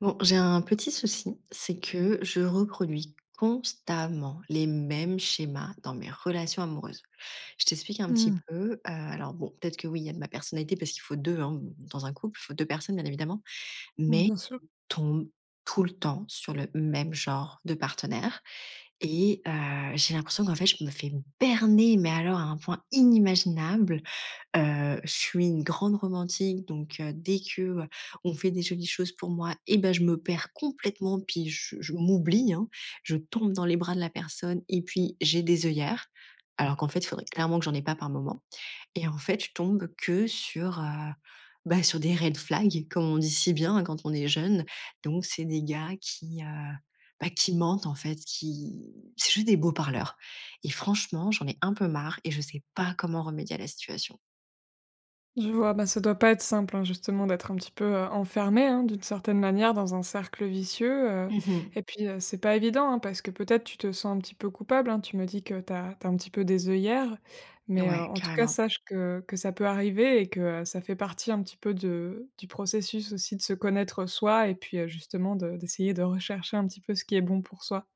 Bon, j'ai un petit souci, c'est que je reproduis constamment les mêmes schémas dans mes relations amoureuses. Je t'explique un petit Mmh. peu. Alors bon, peut-être que oui, il y a de ma personnalité parce qu'il faut deux hein, dans un couple, il faut deux personnes bien évidemment, Mmh, mais bien sûr. je tombe tout le temps sur le même genre de partenaire et j'ai l'impression qu'en fait je me fais berner, mais alors à un point inimaginable. Je suis une grande romantique donc dès que on fait des jolies choses pour moi et ben je me perds complètement puis je m'oublie, hein. Je tombe dans les bras de la personne et puis j'ai des œillères, alors qu'en fait, il faudrait clairement que j'en ai pas par moment et en fait, je tombe que sur des red flags comme on dit si bien hein, quand on est jeune. Donc c'est des gars qui mentent en fait, qui C'est juste des beaux parleurs et franchement, j'en ai un peu marre et je sais pas comment remédier à la situation. Je vois, bah, ça doit pas être simple, hein, justement, d'être un petit peu, enfermé, hein, d'une certaine manière dans un cercle vicieux, Mmh mh. et puis, c'est pas évident, hein, parce que peut-être tu te sens un petit peu coupable, hein. Tu me dis que t'as un petit peu des œillères, mais, Ouais, en tout cas, carrément. sache que ça peut arriver et que, ça fait partie un petit peu de du processus aussi de se connaître soi et puis, justement de d'essayer de rechercher un petit peu ce qui est bon pour soi.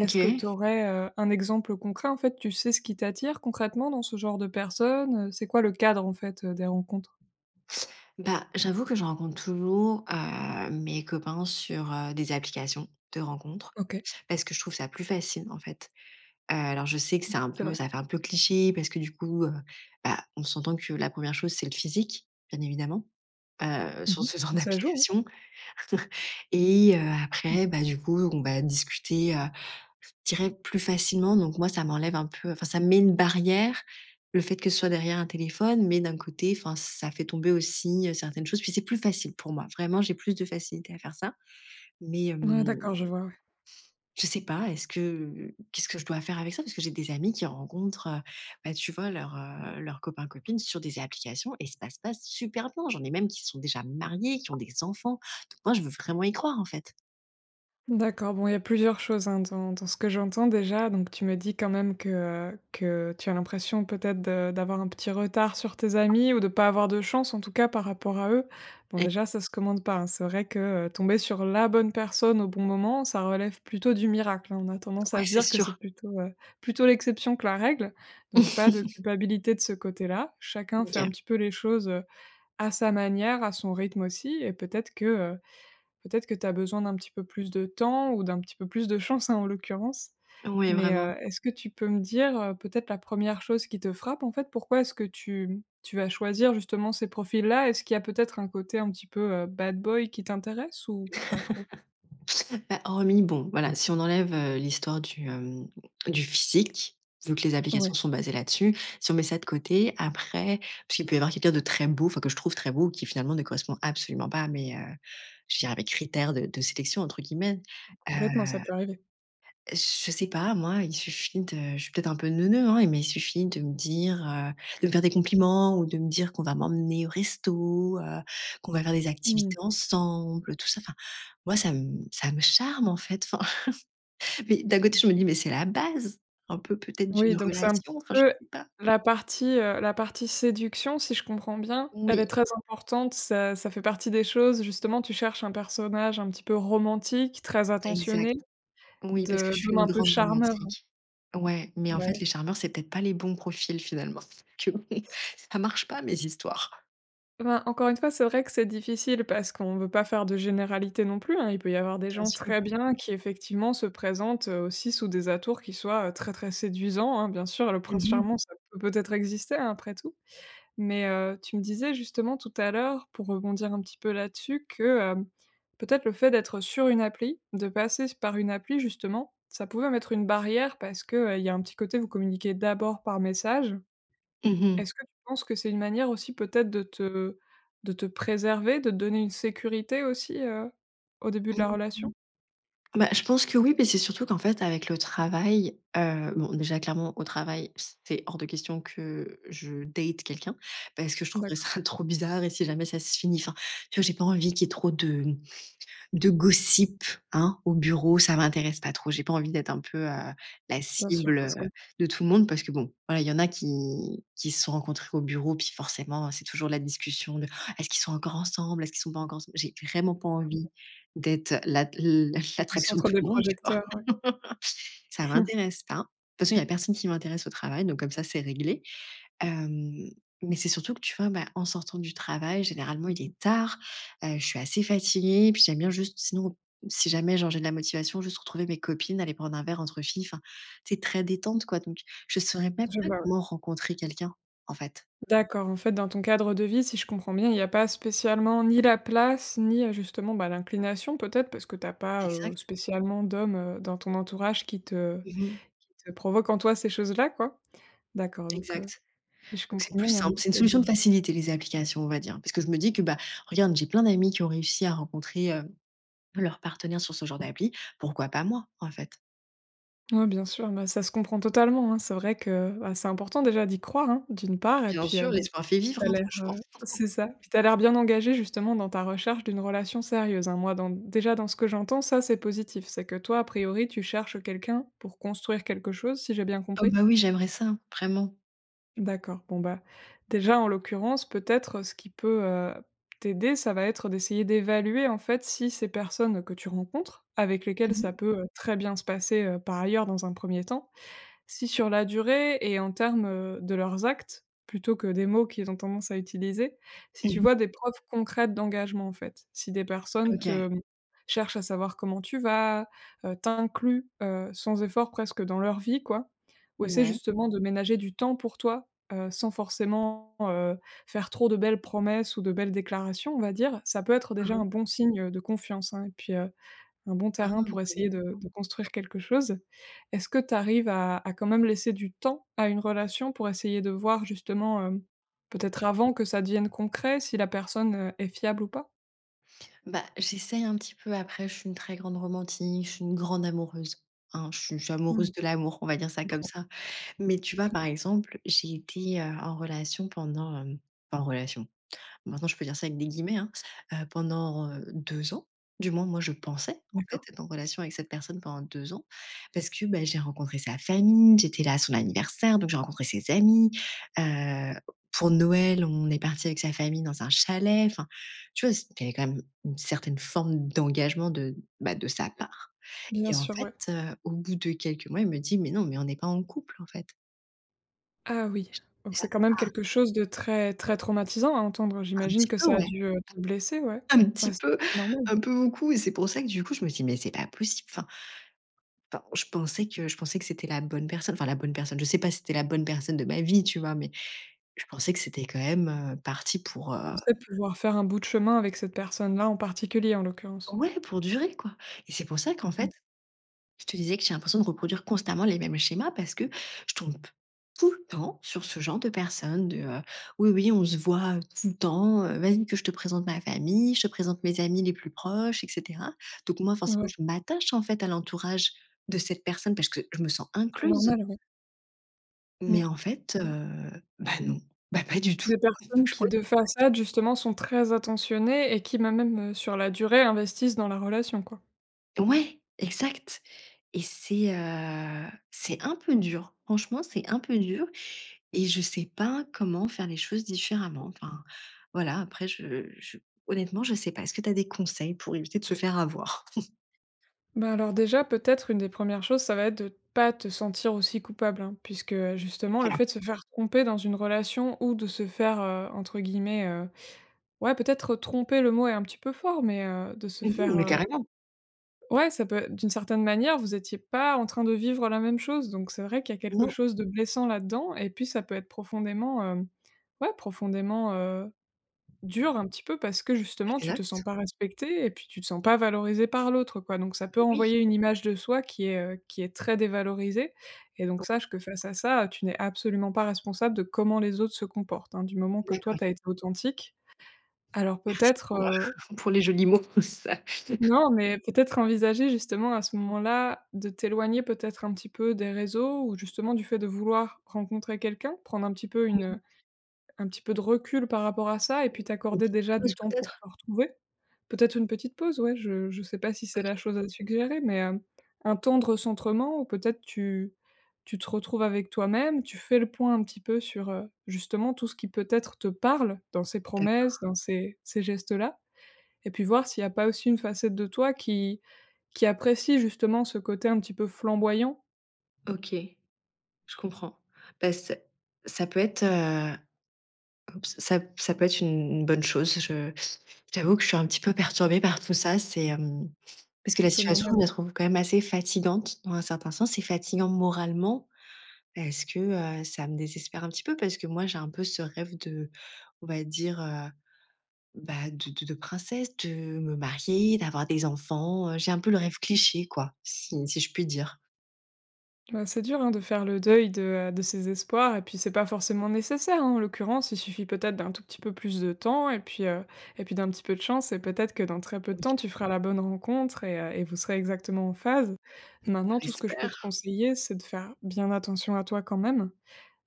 Est-ce que tu aurais, un exemple concret, en fait? Tu sais ce qui t'attire concrètement dans ce genre de personnes, C'est quoi le cadre, en fait, des rencontres? Bah, j'avoue que je rencontre toujours, mes copains sur des applications de rencontres OK, parce que je trouve ça plus facile, en fait. Alors je sais que c'est un c'est peu vrai. ça fait un peu cliché parce que du coup, on s'entend que la première chose, c'est le physique, bien évidemment, sur Mmh mh. ce genre Bah, ça joue, hein? d'application. Et Mmh. après, bah, du coup, on va discuter, je dirais plus facilement. Donc moi, ça m'enlève un peu, enfin, ça met une barrière, le fait que ce soit derrière un téléphone, mais d'un côté, enfin, ça fait tomber aussi, certaines choses. Puis c'est plus facile pour moi. Vraiment, j'ai plus de facilité à faire ça. Mais, Ouais, hem, d'accord, je vois, ouais. je sais pas, est-ce que qu'est-ce que je dois faire avec ça? Parce que j'ai des amis qui rencontrent, bah, tu vois, leurs copains, copines sur des applications et ça se passe super bien. J'en ai même qui sont déjà mariés, qui ont des enfants. Donc moi, je veux vraiment y croire, en fait. D'accord, bon, il y a plusieurs choses, hein, dans ce que j'entends déjà. Donc tu me dis quand même que tu as l'impression peut-être de d'avoir un petit retard sur tes amis ou de pas avoir de chance en tout cas par rapport à eux. Bon Et déjà ça se commande pas, hein. C'est vrai que, tomber sur la bonne personne au bon moment, ça relève plutôt du miracle, hein. On a tendance ouais, à se c'est dire que sûr. c'est plutôt, plutôt l'exception que la règle. Donc pas de culpabilité de ce côté-là. Chacun fait un OK. petit peu les choses, à sa manière, à son rythme aussi et peut-être que, Peut-être que tu as besoin d'un petit peu plus de temps ou d'un petit peu plus de chance, hein, en l'occurrence. Oui, Mais, vraiment. Est-ce que tu peux me dire, peut-être la première chose qui te frappe, en fait? Pourquoi est-ce que tu vas choisir justement ces profils-là? Est-ce qu'il y a peut-être un côté un petit peu, bad boy qui t'intéresse ou pas trop? Bah, hormis bon, voilà, si on enlève, l'histoire du physique, vu que les applications Ouais, sont basées là-dessus, si on met ça de côté, après parce qu'il peut y avoir quelqu'un de très beau, enfin que je trouve très beau, qui finalement ne correspond absolument pas à mes, je dirais à mes «critères de sélection» entre guillemets. complètement, ça peut arriver. Je sais pas, moi, il suffit de je suis peut-être un peu neuneu, hein, mais il suffit de me dire, de me faire des compliments ou de me dire qu'on va m'emmener au resto, qu'on va faire des activités Mmh. ensemble, tout ça. Enfin, moi, ça me charme, en fait. Enfin, mais d'un côté, je me dis: «Mais c'est la base, un peu peut-être Oui, d'une donc c'est un relation». petit Enfin, je peu sais pas. La partie séduction, si je comprends bien, elle est Oui, très importante. Ça fait partie des choses, justement, tu cherches un personnage un petit peu romantique, très exact. attentionné Oui, parce que De je suis d'hommes une un peu grande charmeurs, romantique. Ouais, mais en fait, ouais. les charmeurs, c'est peut-être pas les bons profils, finalement. Que ça marche pas, mes histoires. Ben, encore une fois, c'est vrai que c'est difficile parce qu'on veut pas faire de généralité non plus, hein. Il peut y avoir des Bien gens sûr. très bien qui effectivement se présentent, aussi sous des atours qui soient, très, très séduisants, hein. Bien sûr, le prince Mmh mh. charmant, ça peut peut-être exister, hein, après tout. Mais, tu me disais justement tout à l'heure, pour rebondir un petit peu là-dessus, que, peut-être le fait d'être sur une appli, de passer par une appli justement, ça pouvait mettre une barrière parce que, il y a un petit côté, vous communiquez d'abord par message Mmh. Est-ce que tu penses que c'est une manière aussi peut-être de te préserver, de te donner une sécurité aussi, au début de la Mmh. relation? Bah, je pense que oui, mais c'est surtout qu'en fait, avec le travail, bon, déjà, clairement, au travail, c'est hors de question que je date quelqu'un parce que je trouverais D'accord, ça trop bizarre et si jamais ça se finit, enfin, tu vois, j'ai pas envie qu'il y ait trop de gossip, hein, au bureau, ça m'intéresse pas trop. J'ai pas envie d'être un peu, la bien sûr, cible, ça heu, se comprend. de tout le monde parce que bon, voilà, il y en a qui se sont rencontrés au bureau, puis forcément, c'est toujours la discussion de: «Ah, est-ce qu'ils sont encore ensemble? Est-ce qu'ils sont pas encore ensemble?» J'ai vraiment pas envie d'être l'at l Au l'attraction de centre tout des le monde, tu vois? projecteurs, Ça m'intéresse pas. De toute façon, il y a personne qui m'intéresse au travail, donc comme ça, c'est réglé. Hem, mais c'est surtout que, tu vois, bah, en sortant du travail, généralement, il est tard, je suis assez fatiguée, puis j'aime bien juste sinon, si jamais, genre, j'ai de la motivation, juste retrouver mes copines, aller prendre un verre entre filles, enfin, c'est très détente, quoi, donc je ne saurais même je pas vois, ouais. comment rencontrer quelqu'un, en fait. D'accord, en fait, dans ton cadre de vie, si je comprends bien, il n'y a pas spécialement ni la place, ni, justement, bah, l'inclination peut-être parce que t'as pas, Exact. spécialement d'hommes, dans ton entourage Mmh. qui te provoquent en toi ces choses-là, quoi? D'accord, donc Exact. si je Donc c'est comprends bien, plus il y a un simple, c'est petit une peu solution de de facilité, les applications, on va dire, parce que je me dis que, bah, regarde, j'ai plein d'amis qui ont réussi à rencontrer, leur partenaire sur ce genre d'appli, pourquoi pas moi, en fait? Ouais, bien sûr, bah, ça se comprend totalement, hein. C'est vrai que, bah, c'est important déjà d'y croire, hein, d'une part et Bien puis, sûr, bon, l'espoir fait vivre, t'as hein, l'air, franchement. C'est ça, puis tu l'air bien engagé justement dans ta recherche d'une relation sérieuse, hein. Moi, dans déjà dans ce que j'entends, ça, c'est positif. C'est que toi, a priori, tu cherches quelqu'un pour construire quelque chose, si j'ai bien Ah compris? bah oui, j'aimerais ça, vraiment. D'accord, bon, bah, déjà, en l'occurrence, peut-être, ce qui peut, t'aider, ça va être d'essayer d'évaluer, en fait, si ces personnes que tu rencontres, avec lesquelles Mmh ça mh. peut, très bien se passer, par ailleurs dans un premier temps, si sur la durée et en termes, de leurs actes, plutôt que des mots qu'ils ont tendance à utiliser, si tu Mmh vois mh. des preuves concrètes d'engagement, en fait. Si des personnes OK. te mmh, cherchent à savoir comment tu vas, t'incluent, sans effort presque dans leur vie, quoi, ou essaient Ouais. justement de ménager du temps pour toi, sans forcément, faire trop de belles promesses ou de belles déclarations, on va dire, ça peut être Mmh déjà mh. un bon signe, de confiance, hein et puis, un bon Ah, terrain pour pas essayer bête. De construire quelque chose. Est-ce que tu arrives à quand même laisser du temps à une relation pour essayer de voir justement, peut-être avant que ça devienne concret, si la personne, est fiable ou pas? Bah, j'essaye un petit peu après, je suis une très grande romantique, je suis une grande amoureuse, hein, je suis amoureuse Mmh. de l'amour, on va dire ça Je comme comprends, ça. Mais tu vois, par exemple, j'ai été, en relation pendant, enfin, en relation. Maintenant, je peux dire ça avec des guillemets, hein, pendant, 2 ans. Du moins, moi, je pensais, en fait, d'accord. être en relation avec cette personne pendant 2 ans parce que, bah, j'ai rencontré sa famille, j'étais là à son anniversaire, donc j'ai rencontré ses amis, heu, pour Noël, on est parti avec sa famille dans un chalet. Enfin, tu vois, il y avait quand même une certaine forme d'engagement de sa part Bien et en sûr, ouais. fait, au bout de quelques mois, il me dit: «Mais non, mais on n'est pas en couple, en fait». Ah oui, donc J'étais c'est là: quand même «Ah, quelque chose de très, très traumatisant à entendre. un J'imagine petit que peu, ça a ouais». dû, te blesser, ouais. Un petit Bah, peu, c'est normal. un peu beaucoup et c'est pour ça que du coup je me dis: «Mais c'est pas possible». Enfin je pensais que c'était la bonne personne, enfin la bonne personne, je sais pas si c'était la bonne personne de ma vie, tu vois? Mais je pensais que c'était quand même, parti pour, Tu heu pensais pouvoir faire un bout de chemin avec cette personne-là en particulier, en l'occurrence. ouais, pour durer quoi et c'est pour ça qu'en fait. Mmh, Je te disais que j'ai l'impression de reproduire constamment les mêmes schémas parce que je tombe tout le temps sur ce genre de personnes de oui, oui, on se voit tout le temps, vas-y que je te présente ma famille, je te présente mes amis les plus proches, etc. Donc moi, ouais, forcément, ouais, je m'attache en fait à l'entourage de cette personne parce que je me sens c'est incluse. normal, ouais. Mmh. Mais en fait, bah non, bah pas du tout. Des Donc, personnes je qui, crois- de façade, justement, sont très attentionnées et qui, bah, même, sur la durée, investissent dans la relation, quoi. Ouais, exact. Et c'est un peu dur. Franchement, c'est un peu dur. Et je sais pas comment faire les choses différemment. Enfin, voilà, après je honnêtement, je sais pas. Est-ce que tu as des conseils pour éviter de se faire avoir? Bah, alors déjà, peut-être, une des premières choses, ça va être de pas te sentir aussi coupable, hein, puisque, justement, le Ca fait de se faire tromper dans une relation ou de se faire, entre guillemets, ouais, peut-être, «tromper», le mot est un petit peu fort, mais, de se mmh faire, mais carrément. ouais, ça peut d'une certaine manière, vous étiez pas en train de vivre la même chose, donc c'est vrai qu'il y a quelque Non. chose de blessant là-dedans et puis ça peut être profondément, ouais, profondément, Dur un petit peu parce que justement tu te sens Exact. pas respecté et puis tu te sens pas valorisé par l'autre quoi, donc ça peut Oui. envoyer une image de soi qui est très dévalorisée et donc OK, sache que face à ça, tu n'es absolument pas responsable de comment les autres se comportent, hein. Du moment que toi d'accord. tu as été authentique, alors Merci peut-être, pour, pour les jolis mots. Ça non, mais peut-être envisager justement à ce moment-là de t'éloigner peut-être un petit peu des réseaux ou justement du fait de vouloir rencontrer quelqu'un, prendre un petit peu une, un petit peu de recul par rapport à ça et puis une t'accorder petite déjà pause du temps pour peut-être? te retrouver. Peut-être une petite pause, ouais, je sais pas si c'est la OK, chose à suggérer, mais, un temps de recentrement où peut-être tu te retrouves avec toi-même, tu fais le point un petit peu sur, justement tout ce qui peut-être te parle dans ces d'accord. promesses, dans ces gestes-là et puis voir s'il y a pas aussi une facette de toi qui apprécie justement ce côté un petit peu flamboyant. OK, je comprends. Bah, ça peut être, heu, ça peut être une bonne chose. Je j'avoue que je suis un petit peu perturbée par tout ça. C'est, hem Parce que la C'est situation, je normal la trouve quand même assez fatigante dans un certain sens. C'est fatigant moralement parce que, ça me désespère un petit peu parce que moi, j'ai un peu ce rêve de, on va dire, de princesse, de me marier, d'avoir des enfants, j'ai un peu le rêve cliché quoi, si je puis dire. Bah, c'est dur, hein, de faire le deuil de ses espoirs et puis c'est pas forcément nécessaire, hein, en l'occurrence. Il suffit peut-être d'un tout petit peu plus de temps et puis d'un petit peu de chance et peut-être que dans très peu de Oui, temps, tu feras la bonne rencontre et vous serez exactement en phase. je Maintenant, tout ce que je peux te l'espère. conseiller, c'est de faire bien attention à toi quand même,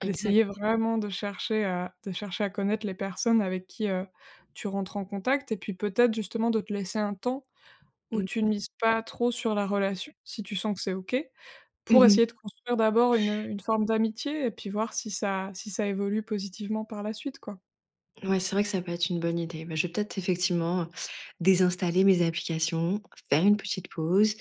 Exact. d'essayer vraiment de chercher à connaître les personnes avec qui, tu rentres en contact et puis peut-être justement de te laisser un temps où tu ne mises pas trop sur la relation, si tu sens que c'est OK. Pour Mmh. essayer de construire d'abord une forme d'amitié et puis voir si ça si ça évolue positivement par la suite, quoi. Ouais, c'est vrai que ça peut être une bonne idée. Bah, je vais peut-être effectivement, désinstaller mes applications, faire une petite pause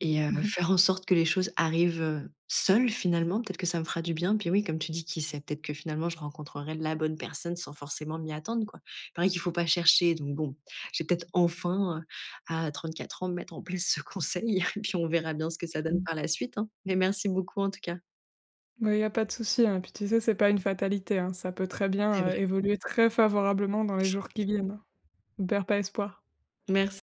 et faire en sorte que les choses arrivent, seules finalement. Peut-être que ça me fera du bien. Puis oui, comme tu dis, qui sait? Peut-être que finalement je rencontrerai la bonne personne sans forcément m'y attendre, quoi. Il paraît qu'il faut pas chercher, donc bon, j'ai peut-être enfin, à 34 ans mettre en place ce conseil et puis on verra bien ce que ça Mmh mh. donne Mmh. par la suite, hein. Mais merci beaucoup en tout cas. Bah, il y a pas de souci, hein, puis tu sais, c'est pas une fatalité, hein, ça peut très C'est bien, vrai. Évoluer très favorablement dans les jours qui viennent, hein. Ne perds pas espoir. Merci.